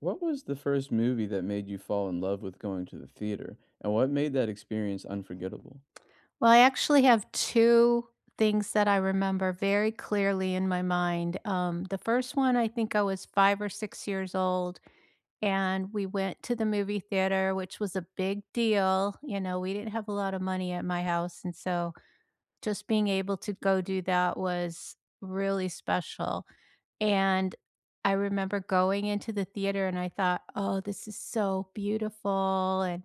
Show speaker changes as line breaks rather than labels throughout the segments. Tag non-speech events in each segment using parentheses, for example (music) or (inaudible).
What was the first movie that made you fall in love with going to the theater, and what made that experience unforgettable?
Well, I actually have 2 things that I remember very clearly in my mind. The first one, I think I was 5 or 6 years old, and we went to the movie theater, which was a big deal. You know, we didn't have a lot of money at my house, and so just being able to go do that was really special, and I remember going into the theater and I thought, "Oh, this is so beautiful," and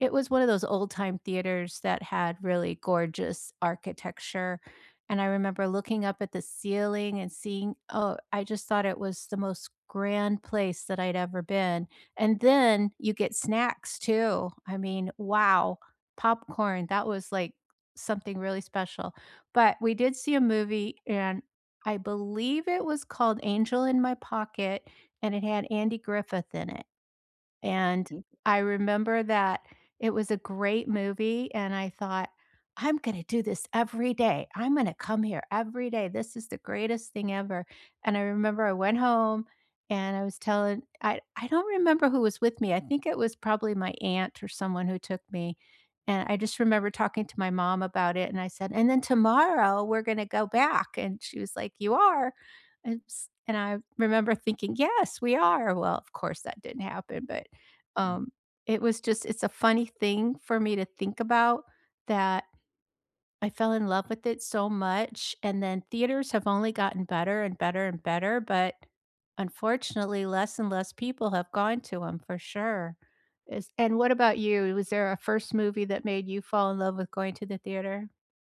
it was one of those old-time theaters that had really gorgeous architecture, and I remember looking up at the ceiling and seeing oh, I just thought it was the most grand place that I'd ever been, and then you get snacks too. I mean, wow, popcorn, that was like something really special. But we did see a movie, and I believe it was called Angel in My Pocket, and it had Andy Griffith in it. And
Mm.
I remember that it was a great movie, and I thought, "I'm gonna do this every day. I'm gonna come here every day. This is the greatest thing ever." And I remember I went home and I was telling I don't remember who was with me. I think it was probably my aunt or someone who took me, and I just remember talking to my mom about it, and I said, "And then tomorrow, we're gonna go back," and she was like, "You are?" And I remember thinking, "Yes, we are." Well, of course, that didn't happen, but um, it was just it's a funny thing for me to think about that I fell in love with it so much, and then theaters have only gotten better and better and better, but unfortunately, less and less people have gone to them for sure. Is and What about you? Was there a first movie that made you fall in love with going to the theater?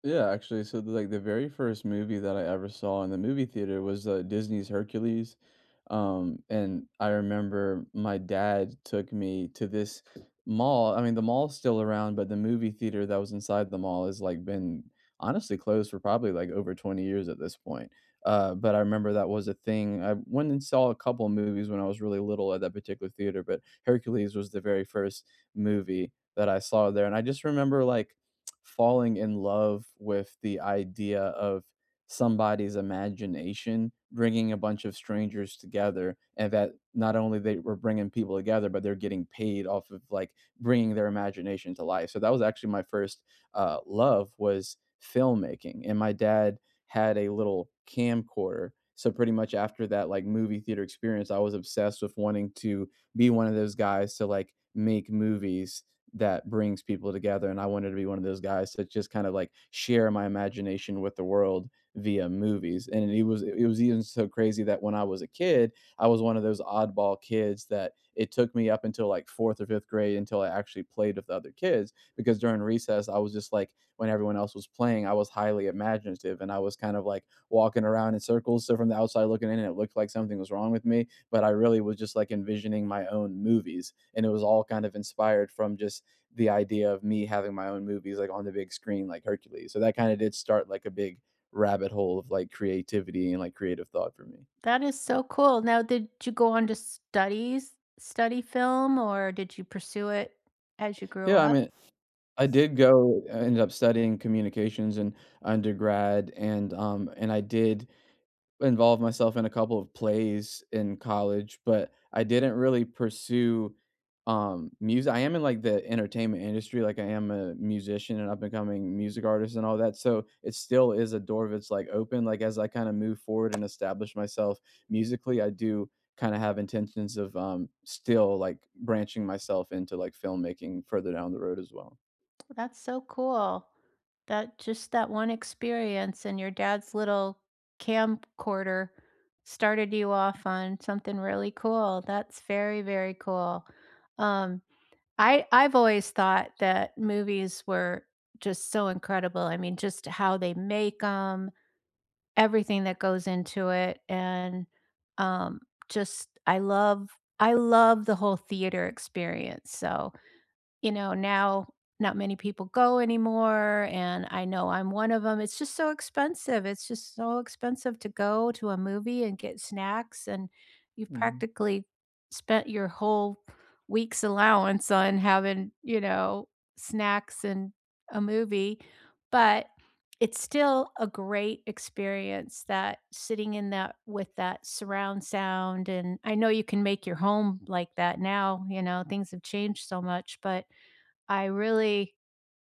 Yeah, actually, like the very first movie that I ever saw in the movie theater was Disney's Hercules. And I remember my dad took me to this mall. I mean, the mall's still around, but the movie theater that was inside the mall has like been honestly closed for probably like over 20 years at this point. But I remember that was a thing. I went and saw a couple movies when I was really little at that particular theater, but Hercules was the very first movie that I saw there, and I just remember like falling in love with the idea of somebody's imagination bringing a bunch of strangers together, and that not only they were bringing people together but they're getting paid off of like bringing their imagination to life. So that was actually my first love, was filmmaking. And my dad had a little camcorder, so pretty much after that like movie theater experience I was obsessed with wanting to be one of those guys to like make movies that brings people together, and I wanted to be one of those guys that just kind of like share my imagination with the world via movies. And it was even so crazy that when I was a kid, I was one of those oddball kids that it took me up until like 4th or 5th grade until I actually played with other kids, because during recess I was just like, when everyone else was playing, I was highly imaginative and I was kind of like walking around in circles. So from the outside looking in, it looked like something was wrong with me, but I really was just like envisioning my own movies, and it was all kind of inspired from just the idea of me having my own movies like on the big screen like Hercules. So that kind of did start like a big rabbit hole of like creativity and like creative thought for me.
That is so cool. Now, did you go on to studies study film, or did you pursue it as you grew
Yeah, I
up?
mean, I did go I ended up studying communications in undergrad, and I did involve myself in a couple of plays in college, but I didn't really pursue music. I am in like the entertainment industry, like I am a musician and up and coming music artist and all that. So it still is a door that's like open. Like as I kind of move forward and establish myself musically, I do kind of have intentions of still like branching myself into like filmmaking further down the road as well.
That's so cool. That just that one experience and your dad's little camcorder started you off on something really cool. That's very, very cool. Um, I've always thought that movies were just so incredible. I mean, just how they make them, everything that goes into it, and um, just I love the whole theater experience. So you know, now not many people go anymore, and I know I'm one of them. It's just so expensive. It's just so expensive to go to a movie and get snacks, and you've
Mhm.
practically spent your whole week's allowance on having, you know, snacks and a movie, but it's still a great experience that sitting in that with that surround sound, and I know you can make your home like that now. You know, things have changed so much, but I really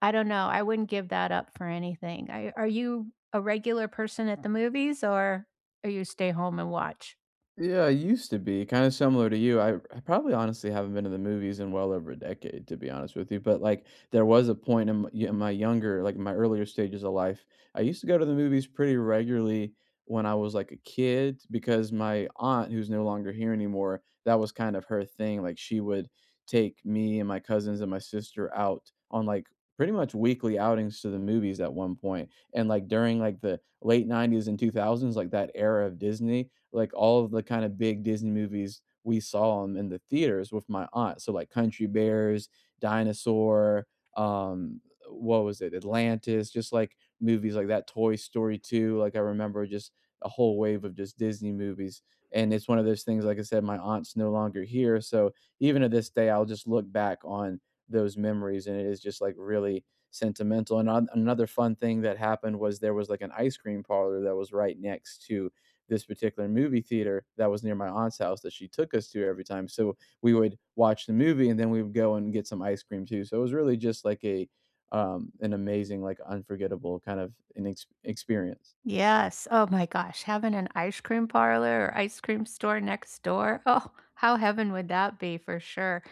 I don't know, I wouldn't give that up for anything. I are you a regular person at the movies, or are you stay home and watch?
Yeah, I used to be kind of similar to you. I probably honestly haven't been to the movies in well over a decade, to be honest with you. But like, there was a point in my younger, like my earlier stages of life, I used to go to the movies pretty regularly when I was like a kid, because my aunt, who's no longer here anymore, that was kind of her thing. Like, she would take me and my cousins and my sister out on like pretty much weekly outings to the movies at one point. And like during like the late 90s and 2000s, like that era of Disney, like all of the kind of big Disney movies we saw them in the theaters with my aunt. So like Country Bears, Dinosaur, um, what was it, Atlantis, just like movies like that, Toy Story 2. Like I remember just a whole wave of just Disney movies. And it's one of those things, like I said, my aunt's no longer here. So even to this day, I'll just look back on those memories, and it is just like really sentimental. Another fun thing that happened was there was like an ice cream parlor that was right next to this particular movie theater that was near my aunt's house that she took us to every time. So we would watch the movie and then we would go and get some ice cream too. So it was really just like a an amazing like unforgettable kind of an experience.
Yes, oh my gosh, having an ice cream parlor or ice cream store next door, (laughs) oh, how heaven would that be for sure.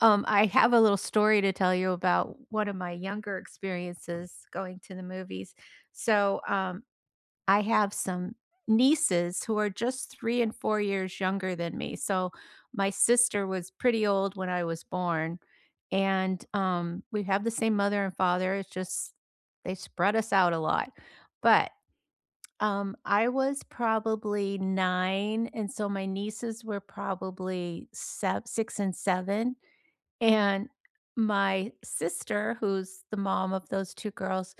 I have a little story to tell you about one of my younger experiences going to the movies. So, I have some nieces who are just 3 and 4 years younger than me, so my sister was pretty old when I was born, and, we have the same mother and father, it's just they spread us out a lot, but, I was probably 9, and so my nieces were probably sev 6 and 7, and my sister, who's the mom of those 2 girls,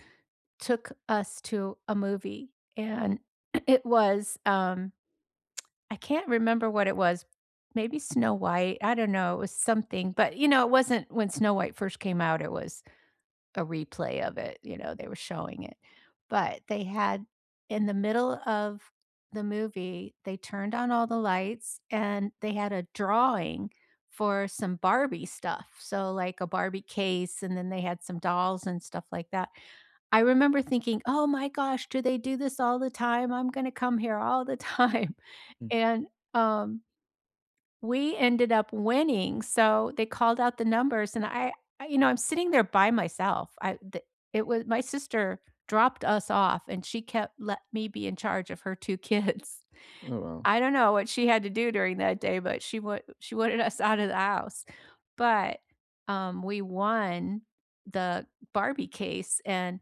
took us to a movie, and (clears throat) it was, I can't remember what it was, maybe Snow White, I don't know, it was something, but, you know, it wasn't when Snow White first came out, it was a replay of it. You know, they were showing it, but they had in the middle of the movie, they turned on all the lights, and they had a drawing for some Barbie stuff, so, like, a Barbie case, and then they had some dolls and stuff like that. I remember thinking, "Oh my gosh, do they do this all the time? I'm gonna come here all the time." (laughs)
Mm.
And, um, we ended up winning, so they called out the numbers, and I you know, I'm sitting there by myself. I the it was my sister dropped us off, and she kept let me be in charge of her 2 kids.
Oh
(laughs)
wow.
I don't know what she had to do during that day, but she wanted us out of the house. But, we won the Barbie case, and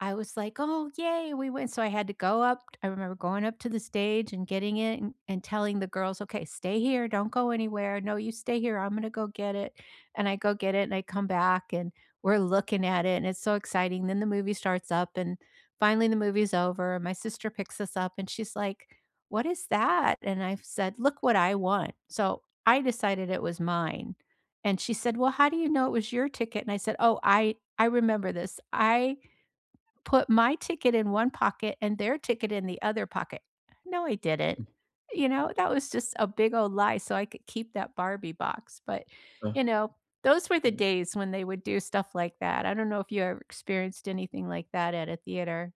I was like, "Oh, yay, we went." So I had to go up I remember going up to the stage and getting it and telling the girls, "Okay, stay here, don't go anywhere. No, you stay here, I'm gonna go get it." And I go get it and I come back and we're looking at it and it's so exciting. Then the movie starts up and finally the movie's over and my sister picks us up and she's like, "What is that?" And I said, "Look what I won." So I decided it was mine. And she said, "Well, how do you know it was your ticket?" And I said, "Oh, I remember this. I put my ticket in one pocket and their ticket in the other pocket. No, I didn't. You know, that was just a big old lie so I could keep that Barbie box. But,
Ugh.
you know, those were the days when they would do stuff like that. I don't know if you ever experienced anything like that at a theater.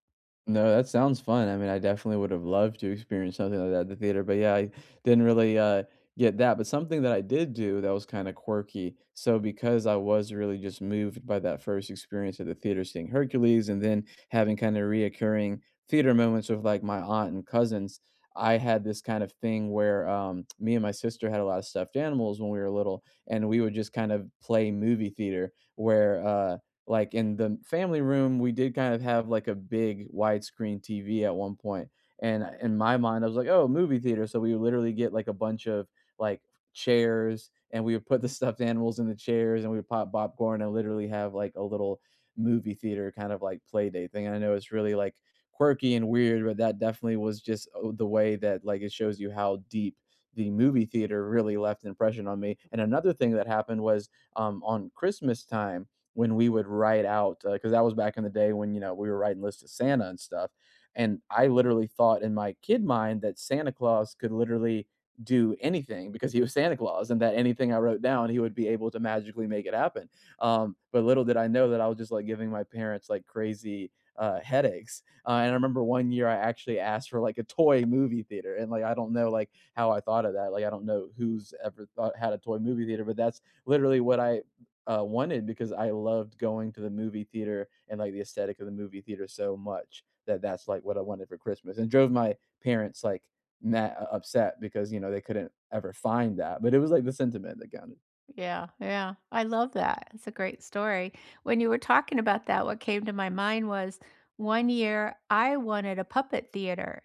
No, that sounds fun. I mean, I definitely would have loved to experience something like that at the theater, but yeah, I didn't really get that. But something that I did do that was kind of quirky. So because I was really just moved by that first experience at the theater, seeing Hercules, and then having kind of reoccurring theater moments with like my aunt and cousins, I had this kind of thing where, me and my sister had a lot of stuffed animals when we were little, and we would just kind of play movie theater where. Like, in the family room, we did kind of have, like, a big widescreen TV at one point, and in my mind, I was like, "Oh, movie theater," so we would literally get, like, a bunch of, like, chairs, and we would put the (laughs) stuffed animals in the chairs, and we would pop popcorn and literally have, like, a little movie theater kind of, like, play date thing. And I know it's really, like, quirky and weird, but that definitely was just, oh, the way that, like, it shows you how deep the movie theater really left an impression on me. And another thing that happened was, on Christmas time, when we would write out, because that was back in the day when, you know, we were writing lists of Santa and stuff. And I literally thought in my kid mind that Santa Claus could literally do anything because he was Santa Claus, and that anything I wrote down, he would be able to magically make it happen. But little did I know that I was just like giving my parents like crazy headaches. And I remember one year I actually asked for like a toy movie theater, and like I don't know like how I thought of that. Like I don't know who's ever thought had a toy movie theater, but that's literally what I wanted, because I loved going to the movie theater and like the aesthetic of the movie theater so much that that's like what I wanted for Christmas, and drove my parents like mad, upset, because you know they couldn't ever find that, but it was like the sentiment that counted.
Yeah, yeah, I love that. It's a great story. When you were talking about that, what came to my mind was one year I wanted a puppet theater.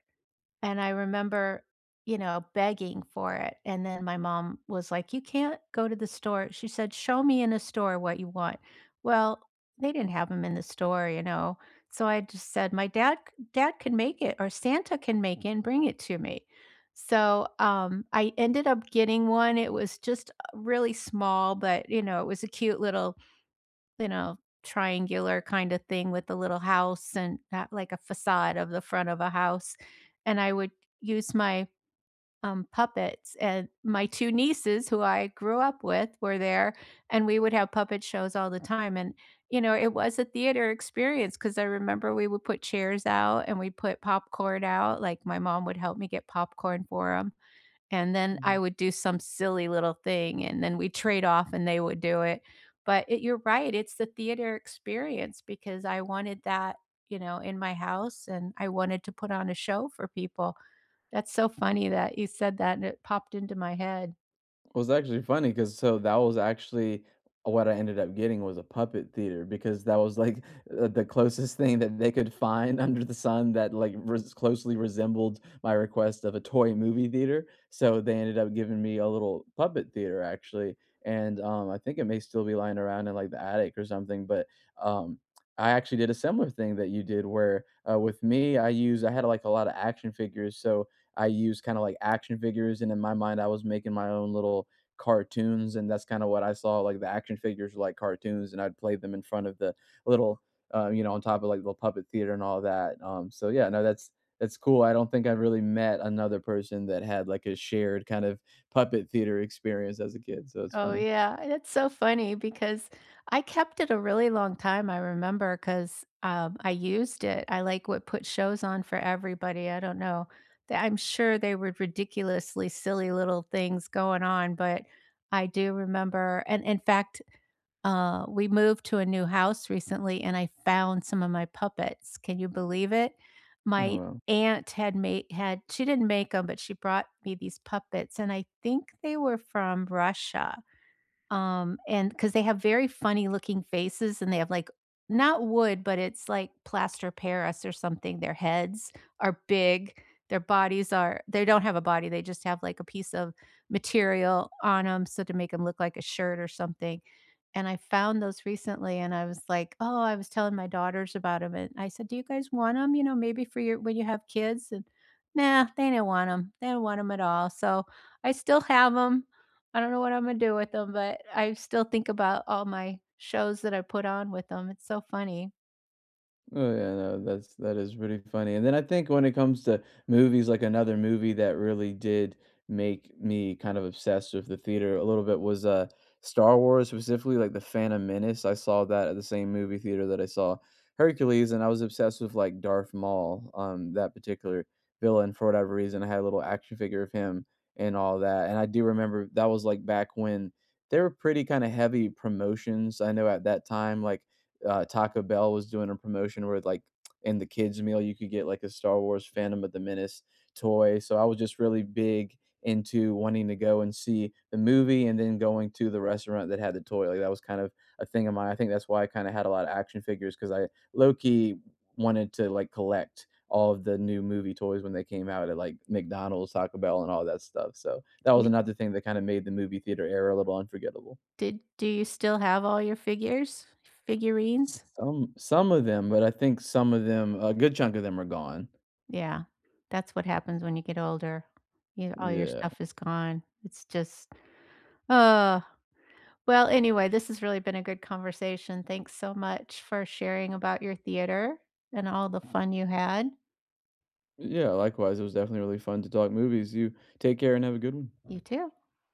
And I remember, you know, begging for it, and then my mom was like, "You can't go to the store." She said, "Show me in a store what you want." Well, they didn't have them in the store, you know, so I just said, "My dad can make it or Santa can make it and bring it to me." So, I ended up getting one, it was just, really small, but, you know, it was a cute little you know, triangular kind of thing with a little house and ha like a facade of the front of a house, and I would use my, puppets, and my 2 nieces who I grew up with were there, and we would have puppet shows all the time, and, you know, it was a theater experience because I remember we would put chairs out and we put popcorn out, like, my mom would help me get popcorn for them. And then I would do some silly little thing, and then we trade off and they would do it. But it you're right, it's the theater experience because I wanted that, you know, in my house and I wanted to put on a show for people. That's so funny that you said that and it popped into my head.
It was actually funny, cause so that was actually what I ended up getting was a puppet theater, because that was, like, the closest thing that they could find (laughs) under the sun that, like, res closely resembled my request of a toy movie theater, so they ended up giving me a little puppet theater actually. I think it may still be lying around in, like, the attic or something. Um, I actually did a similar thing that you did where, with me, I had, like, a lot of action figures, so I used kinda like action figures, and in my mind, I was making my own little cartoons, and that's kinda what I saw, like, the action figures were like cartoons, and I'd play them in front of the little, you know, on top of, like, the puppet theater and all that. So yeah, no, that's cool. I don't think I've really met another person that had, like, a shared kind of puppet theater experience as a kid, so it's
Oh,
funny.
yeah, that's so funny because I kept it a really long time, I remember, 'cause, I used it. I, like, would put shows on for everybody, I don't know. They I'm sure they were ridiculously silly little things going on, but I do remember and in fact, we moved to a new house recently, and I found some of my puppets. Can you believe it?
Oh,
My
wow.
aunt had she didn't make them, but she brought me these puppets, and I think they were from Russia. And because they have very funny looking faces and they have like not wood, but it's like plaster Paris or something. Their heads are big. Their bodies are, they don't have a body. They just have like a piece of material on them. So to make them look like a shirt or something. And I found those recently and I was like, oh, I was telling my daughters about them. And I said, do you guys want them? You know, maybe for your, when you have kids. And nah, they don't want them. They don't want them at all. So I still have them. I don't know what I'm gonna do with them, but I still think about all my shows that I put on with them. It's so funny.
Oh yeah, no, that is pretty funny. And then I think when it comes to movies, like another movie that really did make me kind of obsessed with the theater a little bit was Star Wars, specifically like the Phantom Menace. I saw that at the same movie theater that I saw Hercules, and I was obsessed with like Darth Maul, that particular villain for whatever reason. I had a little action figure of him and all that. And I do remember that was like back when there were pretty kind of heavy promotions. I know at that time, like Taco Bell was doing a promotion where like in the kids meal you could get like a Star Wars Phantom of the Menace toy. So I was just really big into wanting to go and see the movie and then going to the restaurant that had the toy. Like that was kind of a thing of mine. I think that's why I kind of had a lot of action figures, because I low key wanted to like collect all of the new movie toys when they came out at like McDonald's, Taco Bell, and all that stuff. So that
Do
was
You
another thing that kind of made the movie theater era a little unforgettable.
did do you still have all your figures? Figurines?
Some of them, but I think some of them, a good chunk of them are gone.
Yeah. That's what happens when you get older. You all your
Yeah.
stuff is gone. It's just uh well, anyway, this has really been a good conversation. Thanks so much for sharing about your theater and all the fun you had.
Yeah, likewise, it was definitely really fun to talk movies. You take care and have a good one.
You too.